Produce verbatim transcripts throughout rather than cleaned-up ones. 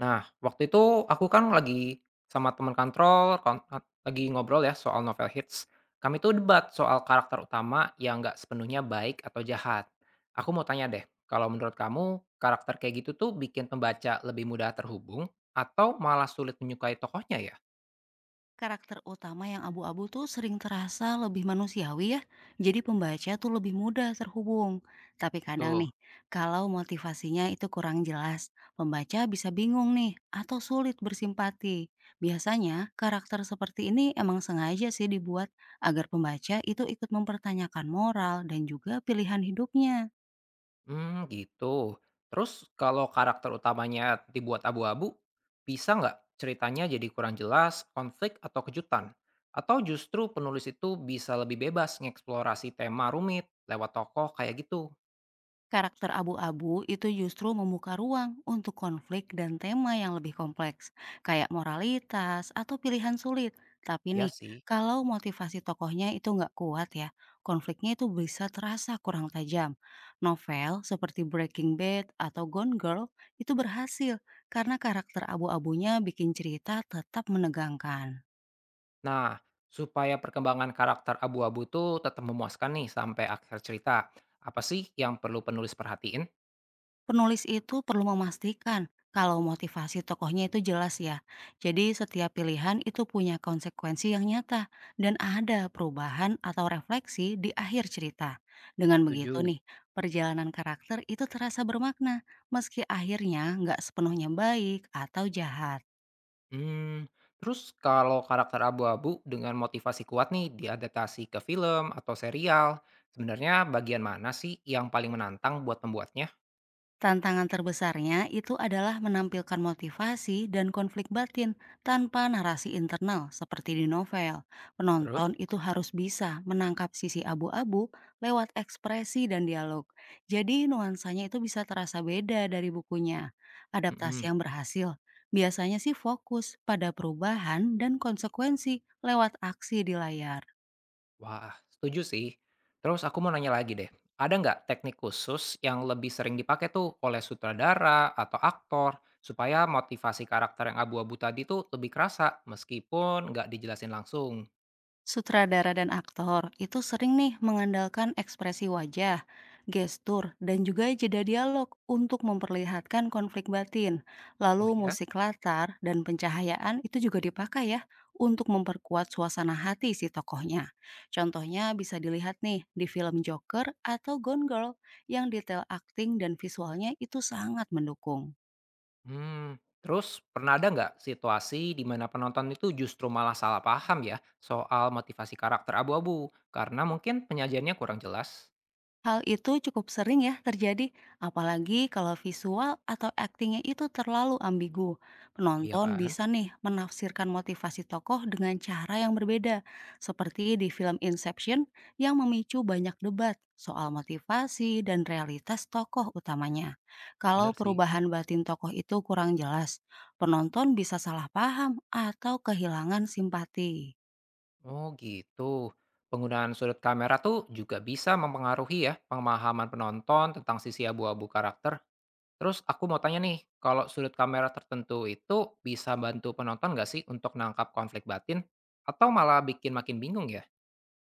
Nah, waktu itu aku kan lagi sama teman kantor, kon eh, lagi ngobrol ya soal novel hits. Kami tuh debat soal karakter utama yang nggak sepenuhnya baik atau jahat. Aku mau tanya deh, kalau menurut kamu karakter kayak gitu tuh bikin pembaca lebih mudah terhubung atau malah sulit menyukai tokohnya ya? Karakter utama yang abu-abu tuh sering terasa lebih manusiawi ya, jadi pembaca tuh lebih mudah terhubung. Tapi kadang Betul. nih, kalau motivasinya itu kurang jelas, pembaca bisa bingung nih atau sulit bersimpati. Biasanya karakter seperti ini emang sengaja sih dibuat agar pembaca itu ikut mempertanyakan moral dan juga pilihan hidupnya. Hmm, gitu. Terus kalau karakter utamanya dibuat abu-abu, bisa nggak ceritanya jadi kurang jelas, konflik, atau kejutan? Atau justru penulis itu bisa lebih bebas mengeksplorasi tema rumit lewat tokoh kayak gitu? Karakter abu-abu itu justru membuka ruang untuk konflik dan tema yang lebih kompleks, kayak moralitas atau pilihan sulit. Tapi Ya nih, sih. kalau motivasi tokohnya itu nggak kuat ya, konfliknya itu bisa terasa kurang tajam. Novel seperti Breaking Bad atau Gone Girl itu berhasil karena karakter abu-abunya bikin cerita tetap menegangkan. Nah, supaya perkembangan karakter abu-abu itu tetap memuaskan nih sampai akhir cerita, apa sih yang perlu penulis perhatiin? Penulis itu perlu memastikan kalau motivasi tokohnya itu jelas ya. Jadi setiap pilihan itu punya konsekuensi yang nyata dan ada perubahan atau refleksi di akhir cerita. Dengan begitu Tujuh. nih, perjalanan karakter itu terasa bermakna meski akhirnya nggak sepenuhnya baik atau jahat. Hmm, terus kalau karakter abu-abu dengan motivasi kuat nih diadaptasi ke film atau serial, sebenarnya bagian mana sih yang paling menantang buat pembuatnya? Tantangan terbesarnya itu adalah menampilkan motivasi dan konflik batin tanpa narasi internal seperti di novel. Penonton Terus? itu harus bisa menangkap sisi abu-abu lewat ekspresi dan dialog. Jadi nuansanya itu bisa terasa beda dari bukunya. Adaptasi Mhm. yang berhasil biasanya sih fokus pada perubahan dan konsekuensi lewat aksi di layar. Wah, setuju sih. Terus aku mau nanya lagi deh, ada nggak teknik khusus yang lebih sering dipakai tuh oleh sutradara atau aktor supaya motivasi karakter yang abu-abu tadi tuh lebih kerasa meskipun nggak dijelasin langsung? Sutradara dan aktor itu sering nih mengandalkan ekspresi wajah, gestur, dan juga jeda dialog untuk memperlihatkan konflik batin. Lalu Oh ya? musik latar dan pencahayaan itu juga dipakai ya untuk memperkuat suasana hati si tokohnya. Contohnya bisa dilihat nih di film Joker atau Gone Girl yang detail akting dan visualnya itu sangat mendukung. Hmm, terus pernah ada nggak situasi di mana penonton itu justru malah salah paham ya soal motivasi karakter abu-abu karena mungkin penyajiannya kurang jelas? Hal itu cukup sering ya terjadi, apalagi kalau visual atau aktingnya itu terlalu ambigu. Iya Penonton kan? bisa nih menafsirkan motivasi tokoh dengan cara yang berbeda, seperti di film Inception yang memicu banyak debat soal motivasi dan realitas tokoh utamanya. Bener Kalau sih. perubahan batin tokoh itu kurang jelas, penonton bisa salah paham atau kehilangan simpati. Oh gitu. Penggunaan sudut kamera tuh juga bisa mempengaruhi ya pemahaman penonton tentang sisi abu-abu karakter. Terus aku mau tanya nih, kalau sudut kamera tertentu itu bisa bantu penonton nggak sih untuk nangkap konflik batin? Atau malah bikin makin bingung ya?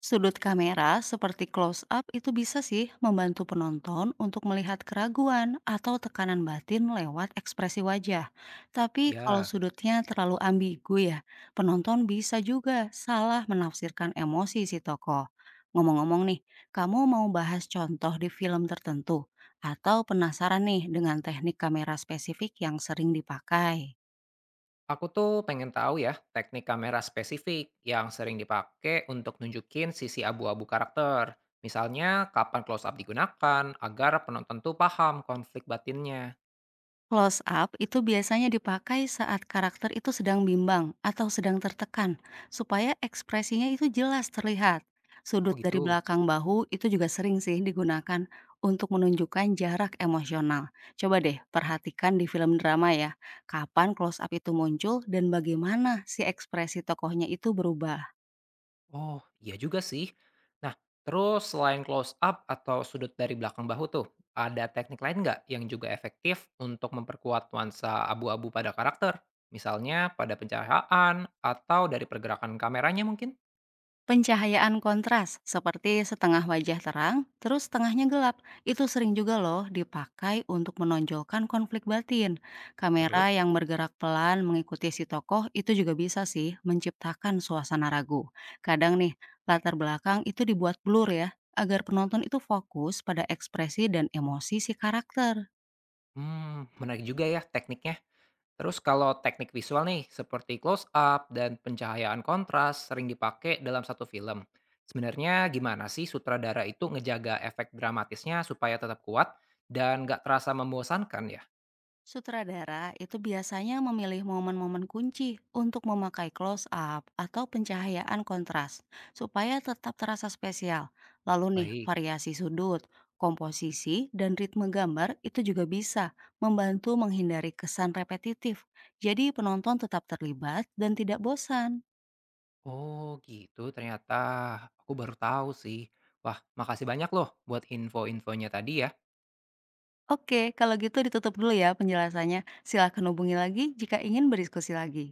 Sudut kamera seperti close up itu bisa sih membantu penonton untuk melihat keraguan atau tekanan batin lewat ekspresi wajah. Tapi kalau Ya. sudutnya terlalu ambigu ya, penonton bisa juga salah menafsirkan emosi si tokoh. Ngomong-ngomong nih, kamu mau bahas contoh di film tertentu atau penasaran nih dengan teknik kamera spesifik yang sering dipakai? Aku tuh pengen tahu ya, teknik kamera spesifik yang sering dipakai untuk nunjukin sisi abu-abu karakter. Misalnya, kapan close up digunakan agar penonton tuh paham konflik batinnya. Close up itu biasanya dipakai saat karakter itu sedang bimbang atau sedang tertekan, supaya ekspresinya itu jelas terlihat. Sudut Oh dari gitu. belakang bahu itu juga sering sih digunakan untuk menunjukkan jarak emosional. Coba deh perhatikan di film drama ya, kapan close up itu muncul dan bagaimana si ekspresi tokohnya itu berubah. Oh, iya juga sih. Nah, terus selain close up atau sudut dari belakang bahu tuh, ada teknik lain nggak yang juga efektif untuk memperkuat nuansa abu-abu pada karakter? Misalnya pada pencahayaan atau dari pergerakan kameranya mungkin? Pencahayaan kontras seperti setengah wajah terang, terus setengahnya gelap, itu sering juga loh dipakai untuk menonjolkan konflik batin. Terus? Kamera yang bergerak pelan mengikuti si tokoh itu juga bisa sih menciptakan suasana ragu. Kadang nih, latar belakang itu dibuat blur ya, agar penonton itu fokus pada ekspresi dan emosi si karakter. Hmm, menarik juga ya tekniknya. Terus kalau teknik visual nih, seperti close up dan pencahayaan kontras sering dipakai dalam satu film. Sebenarnya gimana sih sutradara itu ngejaga efek dramatisnya supaya tetap kuat dan nggak terasa membosankan ya? Sutradara itu biasanya memilih momen-momen kunci untuk memakai close up atau pencahayaan kontras supaya tetap terasa spesial. Lalu nih, Baik. variasi sudut, komposisi, dan ritme gambar itu juga bisa membantu menghindari kesan repetitif. Jadi penonton tetap terlibat dan tidak bosan. Oh gitu ternyata. Aku baru tahu sih. Wah, makasih banyak loh buat info-infonya tadi ya. Oke, kalau gitu ditutup dulu ya penjelasannya. Silakan hubungi lagi jika ingin berdiskusi lagi.